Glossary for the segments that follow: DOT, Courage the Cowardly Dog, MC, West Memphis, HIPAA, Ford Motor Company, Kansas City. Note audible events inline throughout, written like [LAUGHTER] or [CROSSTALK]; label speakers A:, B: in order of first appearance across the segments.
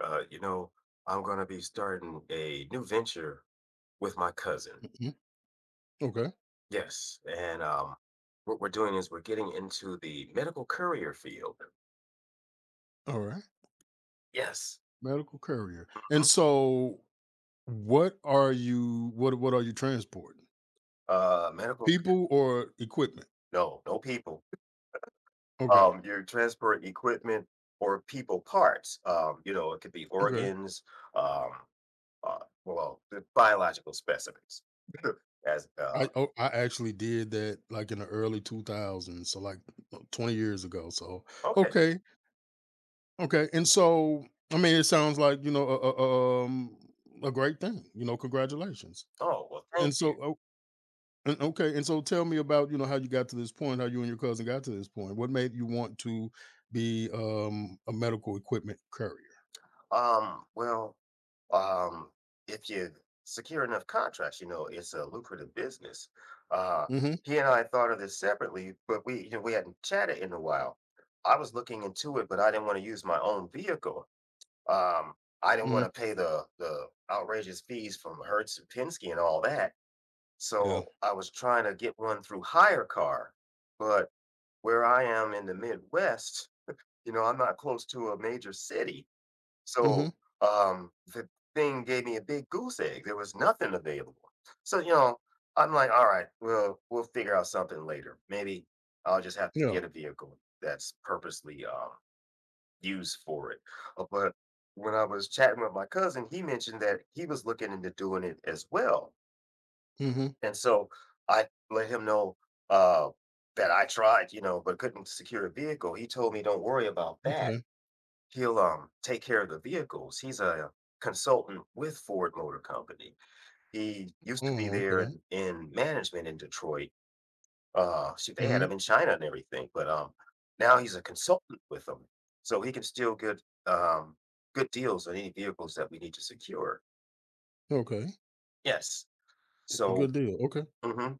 A: uh, you know, I'm going to be starting a new venture with my cousin.
B: Mhm. Okay.
A: Yes. And what we're doing is we're getting into the medical courier field.
B: All right.
A: Yes.
B: Medical courier. And
A: Mhm.
B: so what are you what are you transporting?
A: Medical,
B: People or equipment?
A: no, no people.
B: Okay.
A: You transport equipment or people parts. It could be
B: Okay.
A: organs, um, uh, well, the biological specimens. [LAUGHS] As
B: I I actually did that like in the early 2000s, so like 20 years ago. So,
A: Okay.
B: okay. Okay. And so it sounds like, you know, a great thing. You know, congratulations.
A: Oh, well, thank
B: And
A: you.
B: so And, okay, and so tell me about, you know, how you got to this point, how you and your cousin got to this point. What made you want to be a medical equipment courier?
A: Well, um, if you secure enough contracts, you know, it's a lucrative business. Uh,
B: Mm-hmm.
A: he and I thought of this separately, but we hadn't chatted in a while. I was looking into it, but I didn't want to use my own vehicle. Um, I didn't
B: Hmm.
A: want to pay the outrageous fees from Hertz and Penske and all that.
B: Yeah.
A: So I was trying to get one through hire car, but where I am in the Midwest, I'm not close to a major city.
B: Mm-hmm.
A: So, the thing gave me a big goose egg. There was nothing available. So, I'm like, all right, we'll figure out something later. Maybe I'll just have to
B: Yeah.
A: get a vehicle that's purposely used for it. But when I was chatting with my cousin, he mentioned that he was looking into doing it as well.
B: Mm-hmm.
A: And so I let him know uh, that I tried, but couldn't secure a vehicle. He told me, don't worry about that,
B: Okay.
A: he'll take care of the vehicles. He's a consultant with Ford Motor Company. He used to be
B: Oh,
A: there
B: okay.
A: in management in Detroit. Shoot, they had
B: Hmm.
A: him in China and everything, but now he's a consultant with them, so he can still get um good deals on any vehicles that we need to secure.
B: Okay.
A: Yes, so
B: Good deal. Okay.
A: mhm,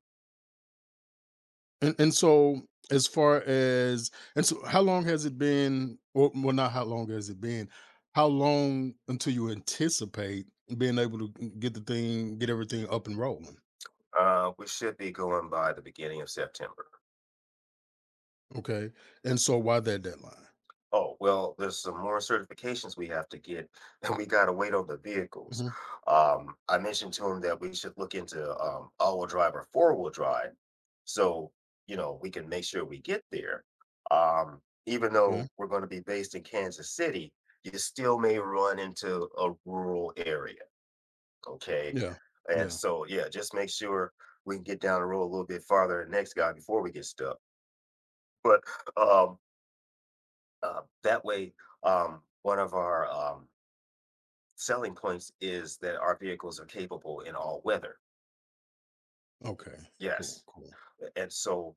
B: And so, as far as, and so how long has it been? Or well, not how long has it been? How long until you anticipate being able to, mm, get the thing, get everything up and rolling?
A: we should be going by the beginning of September.
B: Okay. And so why that deadline?
A: Oh, well, there's some more certifications we have to get, [LAUGHS] and we gotta wait on the vehicles.
B: Mm-hmm.
A: I mentioned to him that we should look into, all-wheel drive or four-wheel drive. So, we can make sure we get there. Even
B: Yeah.
A: though we're gonna be based in Kansas City, you still may run into a rural area, okay?
B: Yeah.
A: And
B: Yeah.
A: so, yeah, just make sure we can get down the road a little bit farther than the next guy before we get stuck. But, um, that way, one of our selling points is that our vehicles are capable in all weather.
B: Okay. Cool.
A: Yes.
B: Cool.
A: And so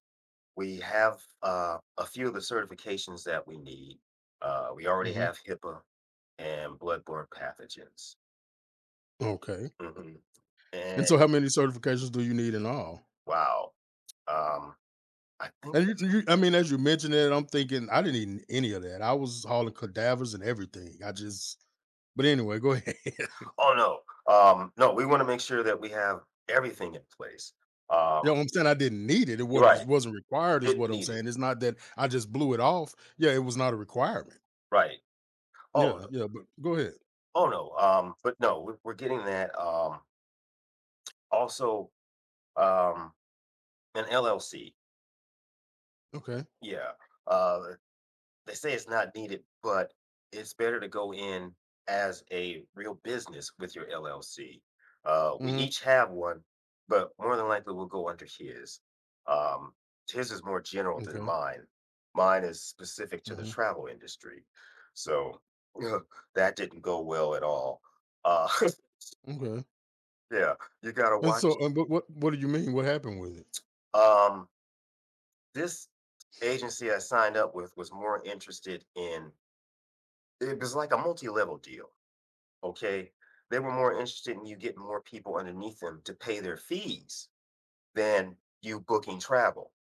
A: we have a few of the certifications that we need. We already
B: Mhm.
A: have HIPAA and bloodborne pathogens.
B: Okay.
A: Hmm. And
B: And so how many certifications do you need in all?
A: wow. Um, I think
B: And
A: that's,
B: you I mean, as you mentioned it, I'm thinking I didn't need any of that. I was hauling cadavers and everything. I just, but anyway, go ahead. [LAUGHS] You
A: oh, no. No, we want to make sure that we have everything in place.
B: know
A: Um,
B: what I'm saying? I didn't need it. It
A: you're
B: wasn't
A: right.
B: it wasn't required, is
A: Didn't
B: what I'm
A: need it.
B: saying. It's not that I just blew it off. Yeah, it was not a requirement.
A: Right. Oh,
B: Yeah, yeah, but go ahead.
A: oh, no, but no, we're getting that, also, um, an LLC,
B: Okay.
A: yeah. Uh, they say it's not needed, but it's better to go in as a real business with your LLC. We
B: Hmm.
A: each have one, but more than likely we'll go under his. Um, his is more general than
B: Okay.
A: mine. Mine is specific to the
B: Hmm.
A: travel industry. So, [LAUGHS] that didn't go well at all. Uh,
B: Okay.
A: [LAUGHS] yeah, you gotta
B: And
A: watch.
B: so, but what do you mean? What happened with it?
A: Um, this agency I signed up with was more interested in, it was like a multi-level deal. Okay. They were more interested in you getting more people underneath them to pay their fees than you booking travel.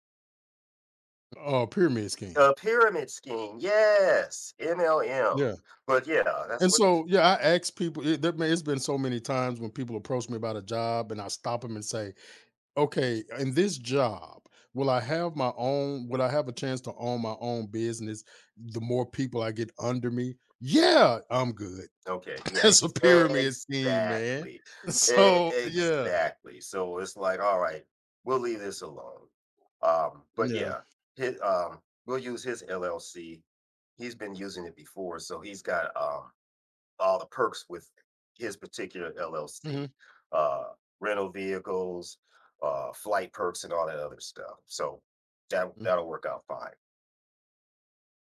B: Oh, pyramid scheme.
A: A pyramid scheme, yes, MLM.
B: Yeah.
A: But yeah, that's
B: And
A: what.
B: so, yeah, I ask people. Man, it's been so many times when people approach me about a job, and I stop them and say, "Okay, in this job, will I have my own? Will I have a chance to own my own business? The more people I get under me, yeah, I'm good."
A: Okay, yeah,
B: [LAUGHS] That's a
A: ex
B: pyramid scheme, man.
A: exactly,
B: [LAUGHS] So, yeah,
A: exactly, so it's like, "Alright, we'll leave this alone." But
B: yeah,
A: yeah, hi we'll use his LLC. He's been using it before, so he's got, all the perks with his particular
B: mhm,
A: LLC, uh, rental vehicles, flight perks, and all that other stuff, so that
B: mm,
A: that'll work out fine.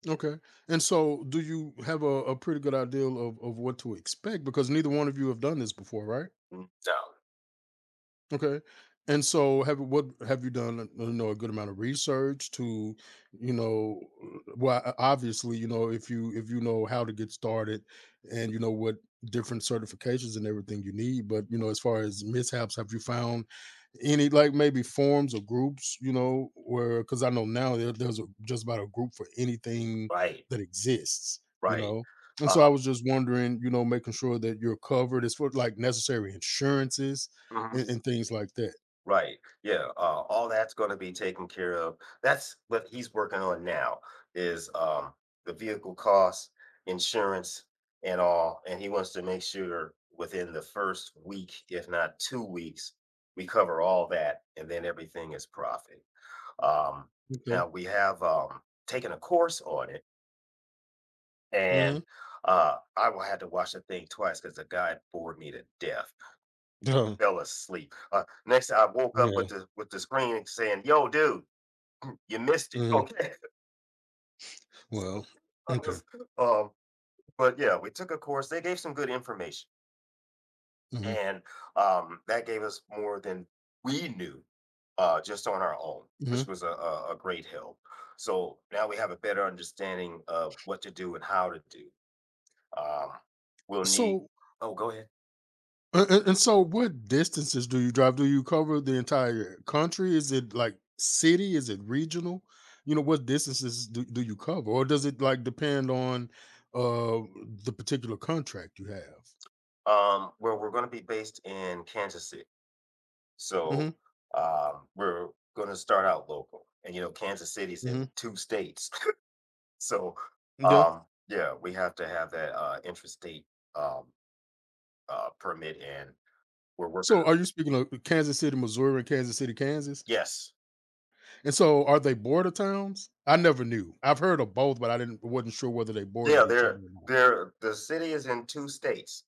B: okay. And so, do you have a pretty good idea of what to expect? Because neither one of you have done this before, right?
A: Mm, so
B: Okay. And so, have you done, you know, a good amount of research to, you know, o- obviously, you know, if you, if you know how to get started and you know what different certifications and everything you need, but you know as far as mishaps, have you found any, like maybe forums or groups, you know, where, cuz I know now there's a, just about a group for anything
A: right,
B: that exists, you
A: right,
B: know, and
A: uh
B: so I was just wondering, you know, making sure that you're covered as for like necessary insurances
A: mhm.
B: and things like that.
A: Right. Yeah. All that's going to be taken care of. That's what he's working on now is the vehicle costs, insurance, and all. And he wants to make sure within the first week, if not 2 weeks, we cover all that, and then everything is profit. Um,
B: Okay.
A: Now we have taken a course on it, and
B: Uh-huh.
A: I will have to watch the thing twice because the guy bored me to death.
B: Duh.
A: Fell asleep. Next I woke up
B: Yeah.
A: with the screen saying, "Yo, dude, you missed it."
B: Mhm.
A: Okay.
B: Well.
A: [LAUGHS] I
B: Okay.
A: was, um, but yeah, we took a course. They gave some good information,
B: Hmm.
A: and that gave us more than we knew just on our own,
B: Hmm.
A: which was a great help. So now we have a better understanding of what to do and how to do. Um, we'll need.
B: So.
A: Oh, go ahead.
B: And so, what distances do you drive? Do you cover the entire country? Is it like city? Is it regional? You know, what distances do you cover, or does it like depend on uh the particular contract you have?
A: Well, we're going to be based in Kansas City. So,
B: Hmm.
A: we're gonna start out local, and, Kansas City's
B: Hmm.
A: in 2 states. [LAUGHS] So,
B: Yeah.
A: yeah, we have to have that, interstate, um, permit, and we're working.
B: So, are you speaking of Kansas City, Missouri, and Kansas City, Kansas?
A: Yes.
B: And so are they border towns? I never knew. I've heard of both, but I didn't wasn't sure whether they
A: Yeah,
B: bordered each other or
A: the city is in 2 states.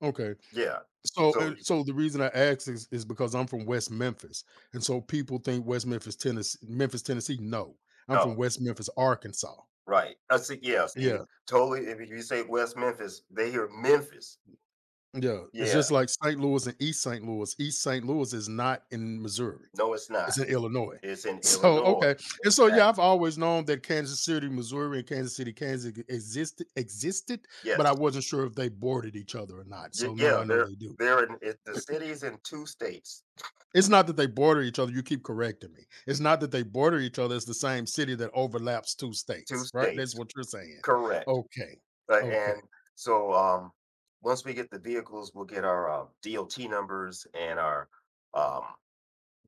B: not. Okay.
A: Yeah.
B: So,
A: So
B: and
A: y
B: so the reason I asked is because I'm from West Memphis. And so people think West Memphis, Tennessee, Memphis, Tennessee. No. I'm
A: Oh,
B: from West Memphis, Arkansas.
A: right. I see, yeah, see,
B: Yeah.
A: totally if you say West Memphis, they hear Memphis.
B: Yeah. It's
A: Yeah.
B: just like St. Louis and East St. Louis. East St. Louis is not in Missouri.
A: No, it's not.
B: It's in Illinois. [LAUGHS]
A: It's in
B: So, okay.
A: Illinois.
B: And so, yeah,
A: Exactly.
B: I've always known that Kansas City, Missouri, and Kansas City, Kansas e- existed, existed, but I
A: Yes.
B: wasn't sure if they bordered each other or not.
A: Y
B: So now
A: yeah,
B: I know they do.
A: the city's in 2 states,
B: It's not that they border each other. You keep correcting me. It's not that they border each other. It's the same city that overlaps two
A: 2
B: states, right? That's
A: states,
B: what you're saying.
A: correct.
B: Okay.
A: Uh,
B: Okay.
A: and so, once we get the vehicles, we'll get our, DOT numbers and our, um,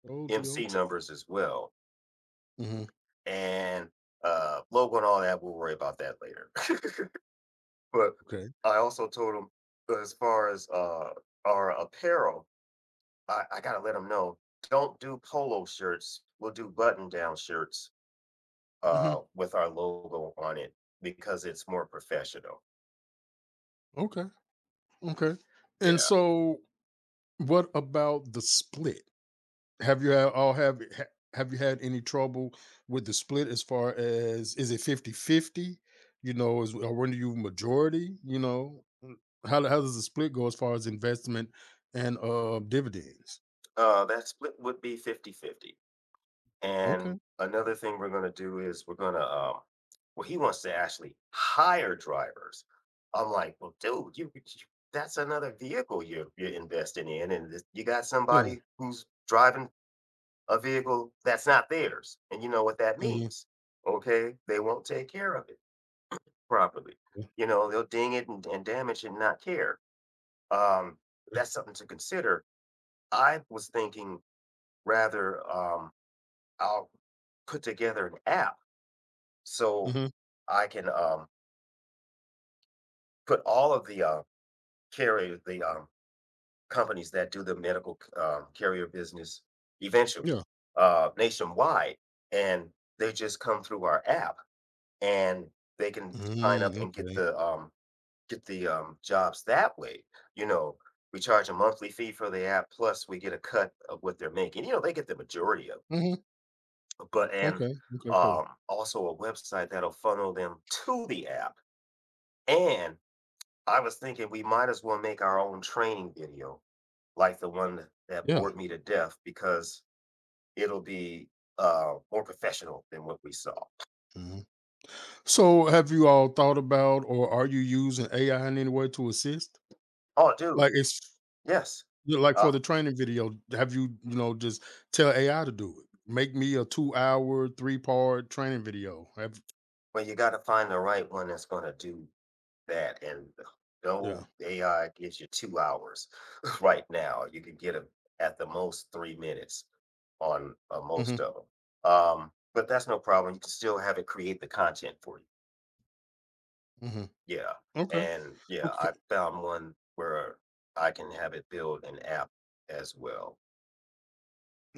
B: O D O
A: MC
B: T.
A: numbers as well,
B: Mm-hmm.
A: and, logo and all that, we'll worry about that later. [LAUGHS] But
B: Okay.
A: I also told them, as far as, our apparel, I gotta let them know, "Don't do polo shirts, we'll do button-down shirts."
B: Mm-hmm.
A: With our logo on it because it's more professional.
B: Okay. Okay.
A: Yeah.
B: And so, what about the split? Have you had all have ha have you had any trouble with the split as far as, is it 50/50? You know, is, or when do you majority, you know? Mm, how does the split go as far as investment and, dividends?
A: That split would be 50-50.
B: Okay,
A: And another thing we're going to do is we're going to, well, he wants to actually hire drivers. I'm like, well, dude, that's another vehicle you're investing in. You got
B: yeah,
A: somebody who's driving a vehicle that's not theirs. And you know what that
B: mhm,
A: means. Okay. They won't take care of it properly.
B: yeah,
A: You know, they'll ding it and damage it and not care. Um, that's something to consider. I was thinking rather, I'll put together an app
B: yeah,
A: so
B: mhm,
A: I can, put all of the companies that do the medical carrier business eventually,
B: yeah.
A: nationwide. And they just come through our app and they can sign up
B: Mm,
A: and get
B: okay.
A: the, um, get the, um, jobs that way, you know, we charge a monthly fee for the app, plus we get a cut of what they're making, they get the majority of it,
B: Mhm,
A: but and,
B: okay, okay, cool.
A: also a website that'll funnel them to the app, and I was thinking we might as well make our own training video, like the one that
B: Yeah,
A: bored me to death because it'll be, more professional than what we saw.
B: mhm. So, have you all thought about or are you using AI in any way to assist?
A: Oh, dude,
B: Like, it's,
A: yes.
B: yeah, like
A: Uh,
B: for the training video, have you, you know, just tell AI to do it? Make me a 2 hour, 3-part training video. Have,
A: well, you gotta find the right one that's gonna do that and
B: yeah.
A: no AI gives you 2 hours [LAUGHS] right now. You can get a at the most 3 minutes on,
B: Mhm,
A: most of 'em. But that's no problem. You can still have it create the content for you.
B: mhm.
A: Yeah,
B: Okay,
A: and yeah,
B: okay.
A: I found one where I can have it build an app as well.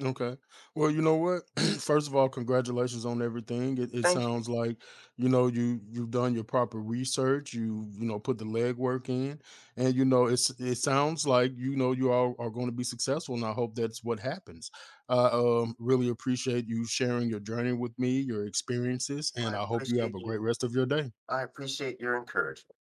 B: Okay. Well, you know what? [CLEARS THROAT] First of all, congratulations on everything. It
A: Thank you.
B: sounds like, you know, you you've done your proper research. You know, put the legwork in, and you know it's, it sounds like, you know, you all are going to be successful. And I hope that's what happens. I, really appreciate you sharing your journey with me, your experiences, and
A: I
B: I hope you have
A: appreciate
B: a
A: you.
B: great rest of your day.
A: I appreciate your encouragement.